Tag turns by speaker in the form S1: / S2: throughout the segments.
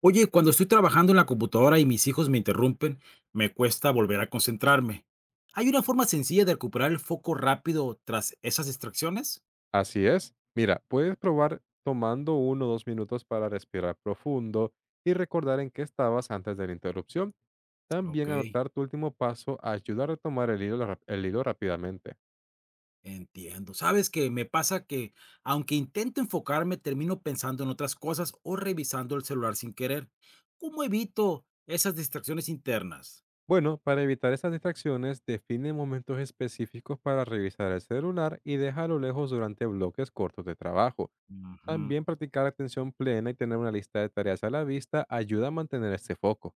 S1: Oye, cuando estoy trabajando en la computadora y mis hijos me interrumpen, me cuesta volver a concentrarme. ¿Hay una forma sencilla de recuperar el foco rápido tras esas distracciones?
S2: Así es. Mira, puedes probar tomando uno o dos minutos para respirar profundo y recordar en qué estabas antes de la interrupción.
S1: Ok,
S2: También anotar tu último paso ayuda a retomar el hilo, el hilo rápidamente.
S1: entiendo. Sabes que me pasa que, aunque intento enfocarme, termino pensando en otras cosas o revisando el celular sin querer. ¿Cómo evito esas distracciones internas?
S2: Bueno, para evitar esas distracciones, define momentos específicos para revisar el celular y déjalo lejos durante bloques cortos de trabajo.
S1: Ujú.
S2: También practicar atención plena y tener una lista de tareas a la vista ayuda a mantener este foco.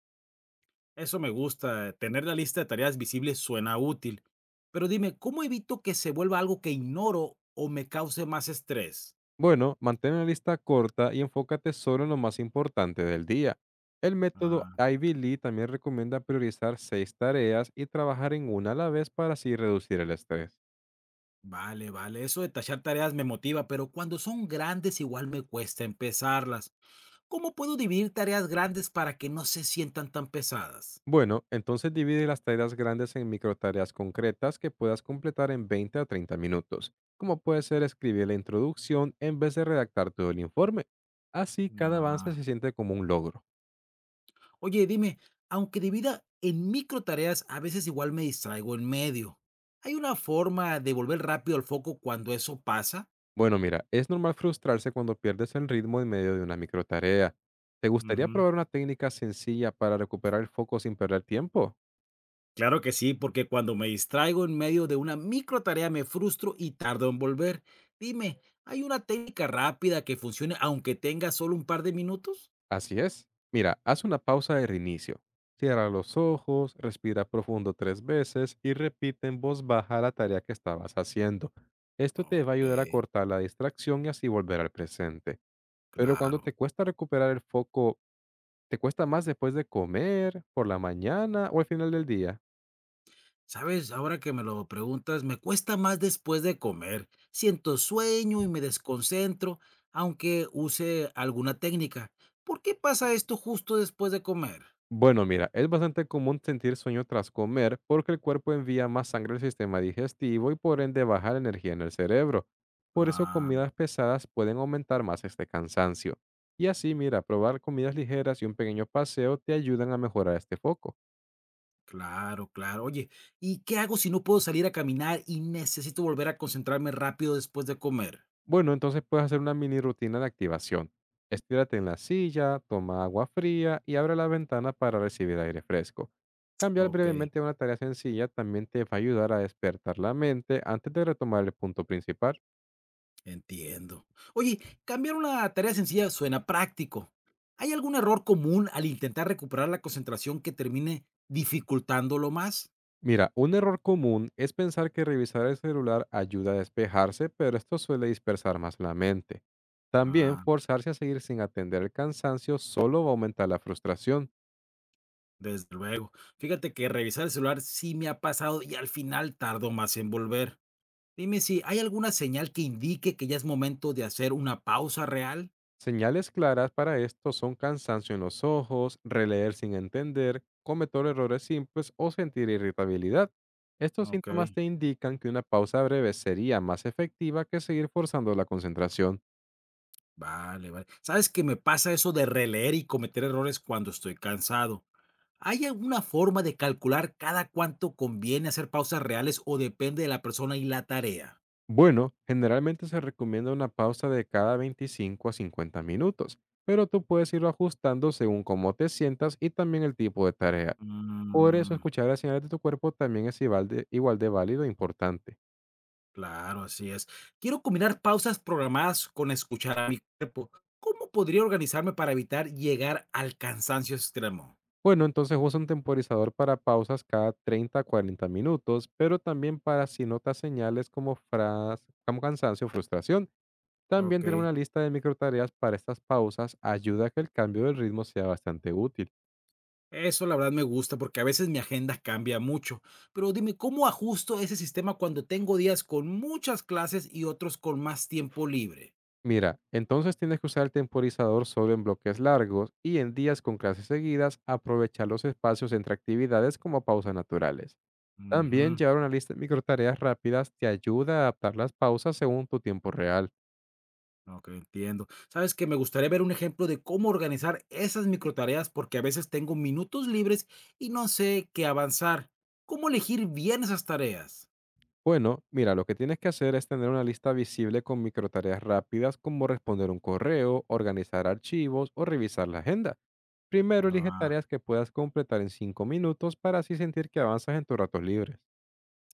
S1: Eso me gusta, tener la lista de tareas visible suena útil, pero dime, ¿cómo evito que se vuelva algo que ignoro o me cause más estrés?
S2: Bueno, mantén la lista corta y enfócate solo en lo más importante del día. El método
S1: Ah,
S2: Ivy Lee también recomienda priorizar seis tareas y trabajar en una a la vez para así reducir el estrés.
S1: vale, vale, eso de tachar tareas me motiva, pero cuando son grandes igual me cuesta empezarlas. ¿Cómo puedo dividir tareas grandes para que no se sientan tan pesadas?
S2: Bueno, entonces divide las tareas grandes en microtareas concretas que puedas completar en 20 a 30 minutos, como puede ser escribir la introducción en vez de redactar todo el informe. Así cada avance
S1: Ah,
S2: se siente como un logro.
S1: oye, dime, aunque divida en micro tareas, a veces igual me distraigo en medio. ¿Hay una forma de volver rápido al foco cuando eso pasa?
S2: Bueno, mira, es normal frustrarse cuando pierdes el ritmo en medio de una microtarea. ¿Te gustaría probar una técnica sencilla para recuperar el foco sin perder tiempo?
S1: Claro que sí, porque cuando me distraigo en medio de una micro tarea me frustro y tardo en volver. Dime, ¿hay una técnica rápida que funcione aunque tenga solo un par de minutos?
S2: Así es. Mira, haz una pausa de reinicio. Cierra los ojos, respira profundo tres veces y repite en voz baja la tarea que estabas haciendo. Esto te va a ayudar a
S1: Ok,
S2: cortar la distracción y así volver al presente. Pero cuando
S1: claro.
S2: te cuesta recuperar el foco, ¿te cuesta más después de comer, por la mañana o al final del día?
S1: Sabes, ahora que me lo preguntas, me cuesta más después de comer. Siento sueño y me desconcentro, aunque use alguna técnica. ¿Por qué pasa esto justo después de comer?
S2: Bueno, mira, es bastante común sentir sueño tras comer porque el cuerpo envía más sangre al sistema digestivo y por ende baja la energía en el cerebro. Por eso
S1: Ah.
S2: comidas pesadas pueden aumentar más este cansancio. Y así, mira, probar comidas ligeras y un pequeño paseo te ayudan a mejorar este foco.
S1: Claro, claro. Oye, ¿y qué hago si no puedo salir a caminar y necesito volver a concentrarme rápido después de comer?
S2: Bueno, entonces puedes hacer una mini rutina de activación. Estírate en la silla, toma agua fría y abre la ventana para recibir aire fresco. Cambiar
S1: Ok,
S2: brevemente a una tarea sencilla también te va a ayudar a despertar la mente antes de retomar el punto principal.
S1: entiendo. Oye, cambiar una tarea sencilla suena práctico. ¿Hay algún error común al intentar recuperar la concentración que termine dificultándolo más?
S2: Mira, un error común es pensar que revisar el celular ayuda a despejarse, pero esto suele dispersar más la mente. También
S1: Ah,
S2: forzarse a seguir sin atender el cansancio solo va a aumentar la frustración.
S1: desde luego. Fíjate que revisar el celular sí me ha pasado y al final tardo más en volver. Dime si hay alguna señal que indique que ya es momento de hacer una pausa real.
S2: Señales claras para esto son cansancio en los ojos, releer sin entender, cometer errores simples o sentir irritabilidad. Estos
S1: Ok.
S2: síntomas te indican que una pausa breve sería más efectiva que seguir forzando la concentración.
S1: Vale, vale. ¿Sabes que me pasa eso de releer y cometer errores cuando estoy cansado? ¿Hay alguna forma de calcular cada cuánto conviene hacer pausas reales o depende de la persona y la tarea?
S2: Bueno, generalmente se recomienda una pausa de cada 25 a 50 minutos, pero tú puedes irlo ajustando según cómo te sientas y también el tipo de tarea. Por eso
S1: Mm,
S2: escuchar las señales de tu cuerpo también es igual de válido e importante.
S1: claro, así es. Quiero combinar pausas programadas con escuchar a mi cuerpo. ¿Cómo podría organizarme para evitar llegar al cansancio extremo?
S2: Bueno, entonces usa un temporizador para pausas cada 30 a 40 minutos, pero también para si notas señales como, como cansancio o frustración. También
S1: Ok.
S2: tener una lista de microtareas para estas pausas ayuda a que el cambio del ritmo sea bastante útil.
S1: Eso la verdad me gusta porque a veces mi agenda cambia mucho, pero dime, ¿cómo ajusto ese sistema cuando tengo días con muchas clases y otros con más tiempo libre?
S2: Mira, entonces tienes que usar el temporizador solo en bloques largos y en días con clases seguidas aprovechar los espacios entre actividades como pausas naturales. También
S1: Ujú.
S2: llevar una lista de microtareas rápidas te ayuda a adaptar las pausas según tu tiempo real.
S1: Ok, entiendo. Sabes que me gustaría ver un ejemplo de cómo organizar esas microtareas porque a veces tengo minutos libres y no sé qué avanzar. ¿Cómo elegir bien esas tareas?
S2: Bueno, mira, lo que tienes que hacer es tener una lista visible con microtareas rápidas como responder un correo, organizar archivos o revisar la agenda. Primero elige tareas que puedas completar en 5 minutos para así sentir que avanzas en tus ratos libres.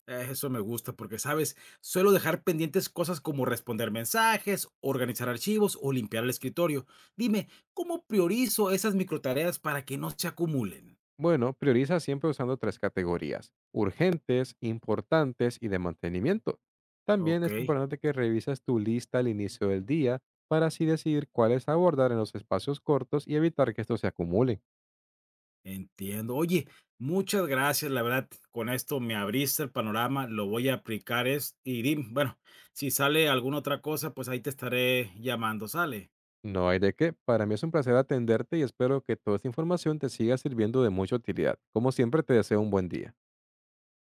S1: Eso me gusta porque, sabes, suelo dejar pendientes cosas como responder mensajes, organizar archivos o limpiar el escritorio. Dime, ¿cómo priorizo esas microtareas para que no se acumulen?
S2: Bueno, prioriza siempre usando tres categorías, urgentes, importantes y de mantenimiento. También
S1: Ok,
S2: es importante que revises tu lista al inicio del día para así decidir cuáles abordar en los espacios cortos y evitar que estos se acumulen.
S1: entiendo. Oye, muchas gracias, la verdad, con esto me abriste el panorama, lo voy a aplicar es, y dime, bueno, si sale alguna otra cosa, pues ahí te estaré llamando, ¿sale?
S2: No hay de qué, para mí es un placer atenderte y espero que toda esta información te siga sirviendo de mucha utilidad. Como siempre, te deseo un buen día.